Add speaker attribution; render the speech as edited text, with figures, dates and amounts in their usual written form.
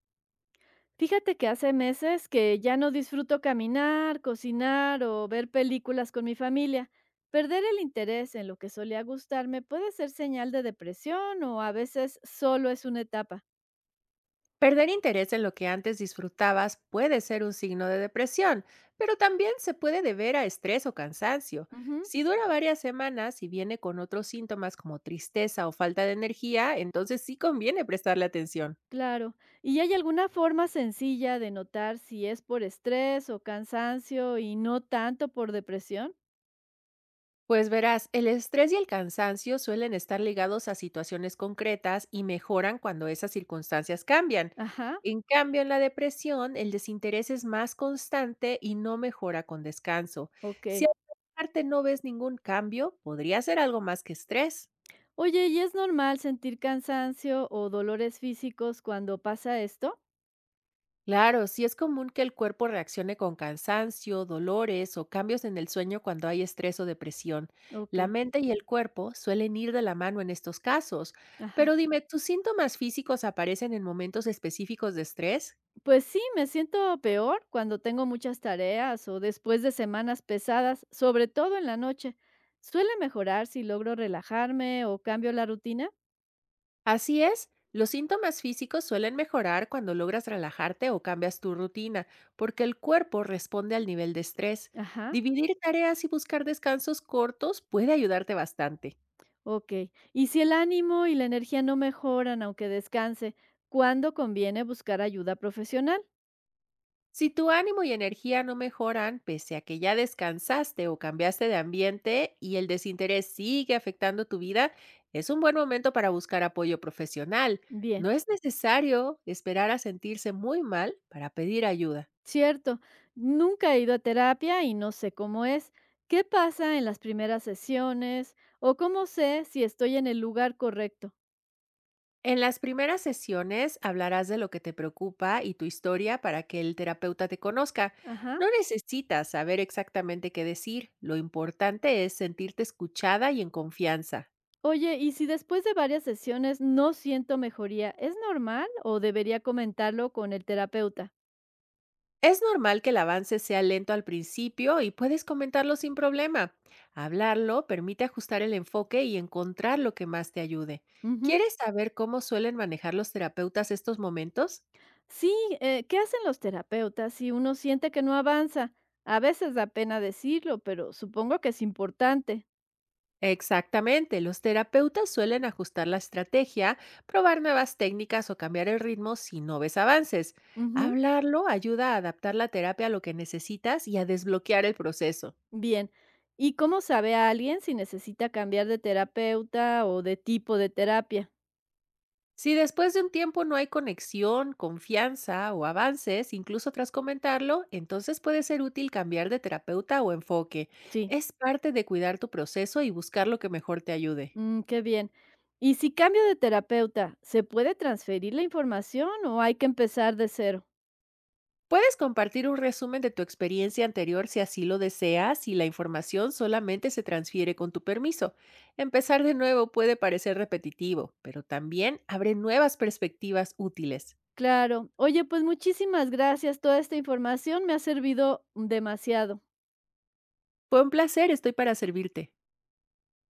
Speaker 1: Fíjate que hace meses que ya no disfruto caminar, cocinar o ver películas con mi familia. Perder el interés en lo que solía gustarme puede ser señal de depresión o a veces solo es una etapa.
Speaker 2: Perder interés en lo que antes disfrutabas puede ser un signo de depresión, pero también se puede deber a estrés o cansancio.
Speaker 1: Ujú,
Speaker 2: Si dura varias semanas y viene con otros síntomas como tristeza o falta de energía, entonces sí conviene prestarle atención.
Speaker 1: claro. ¿Y hay alguna forma sencilla de notar si es por estrés o cansancio y no tanto por depresión?
Speaker 2: Pues verás, el estrés y el cansancio suelen estar ligados a situaciones concretas y mejoran cuando esas circunstancias cambian.
Speaker 1: Ajá,
Speaker 2: En cambio, en la depresión, el desinterés es más constante y no mejora con descanso.
Speaker 1: ok.
Speaker 2: Si aparte no ves ningún cambio, podría ser algo más que estrés.
Speaker 1: Oye, ¿y es normal sentir cansancio o dolores físicos cuando pasa esto?
Speaker 2: Claro, sí es común que el cuerpo reaccione con cansancio, dolores o cambios en el sueño cuando hay estrés o depresión.
Speaker 1: Ok,
Speaker 2: La mente y el cuerpo suelen ir de la mano en estos casos.
Speaker 1: ajá.
Speaker 2: Pero dime, ¿tus síntomas físicos aparecen en momentos específicos de estrés?
Speaker 1: Pues sí, me siento peor cuando tengo muchas tareas o después de semanas pesadas, sobre todo en la noche. Suele mejorar si logro relajarme o cambio la rutina.
Speaker 2: Así es, los síntomas físicos suelen mejorar cuando logras relajarte o cambias tu rutina, porque el cuerpo responde al nivel de estrés.
Speaker 1: Ajá,
Speaker 2: Dividir tareas y buscar descansos cortos puede ayudarte bastante.
Speaker 1: ok. Y si el ánimo y la energía no mejoran aunque descanse, ¿cuándo conviene buscar ayuda profesional?
Speaker 2: Si tu ánimo y energía no mejoran, pese a que ya descansaste o cambiaste de ambiente y el desinterés sigue afectando tu vida, es un buen momento para buscar apoyo profesional. No
Speaker 1: Bien,
Speaker 2: es necesario esperar a sentirse muy mal para pedir ayuda.
Speaker 1: cierto. Nunca he ido a terapia y no sé cómo es. ¿Qué pasa en las primeras sesiones? ¿O cómo sé si estoy en el lugar correcto?
Speaker 2: En las primeras sesiones hablarás de lo que te preocupa y tu historia para que el terapeuta te conozca.
Speaker 1: Ajá.
Speaker 2: No necesitas saber exactamente qué decir, lo importante es sentirte escuchada y en confianza.
Speaker 1: Oye, y si después de varias sesiones no siento mejoría, ¿es normal o debería comentarlo con el terapeuta?
Speaker 2: Es normal que el avance sea lento al principio y puedes comentarlo sin problema. Hablarlo permite ajustar el enfoque y encontrar lo que más te ayude.
Speaker 1: Ujú.
Speaker 2: ¿Quieres saber cómo suelen manejar los terapeutas estos momentos?
Speaker 1: Sí, ¿qué hacen los terapeutas si uno siente que no avanza? A veces da pena decirlo, pero supongo que es importante.
Speaker 2: Exactamente, los terapeutas suelen ajustar la estrategia, probar nuevas técnicas o cambiar el ritmo si no ves avances.
Speaker 1: Ujú,
Speaker 2: Hablarlo ayuda a adaptar la terapia a lo que necesitas y a desbloquear el proceso.
Speaker 1: bien. ¿Y cómo sabe a alguien si necesita cambiar de terapeuta o de tipo de terapia?
Speaker 2: Si después de un tiempo no hay conexión, confianza o avances, incluso tras comentarlo, entonces puede ser útil cambiar de terapeuta o enfoque.
Speaker 1: Sí,
Speaker 2: Es parte de cuidar tu proceso y buscar lo que mejor te ayude.
Speaker 1: mm, qué bien. ¿Y si cambio de terapeuta, se puede transferir la información o hay que empezar de cero?
Speaker 2: Puedes compartir un resumen de tu experiencia anterior si así lo deseas y la información solamente se transfiere con tu permiso. Empezar de nuevo puede parecer repetitivo, pero también abre nuevas perspectivas útiles.
Speaker 1: Claro. Oye, pues muchísimas gracias. Toda esta información me ha servido demasiado.
Speaker 2: Fue un placer, estoy para servirte.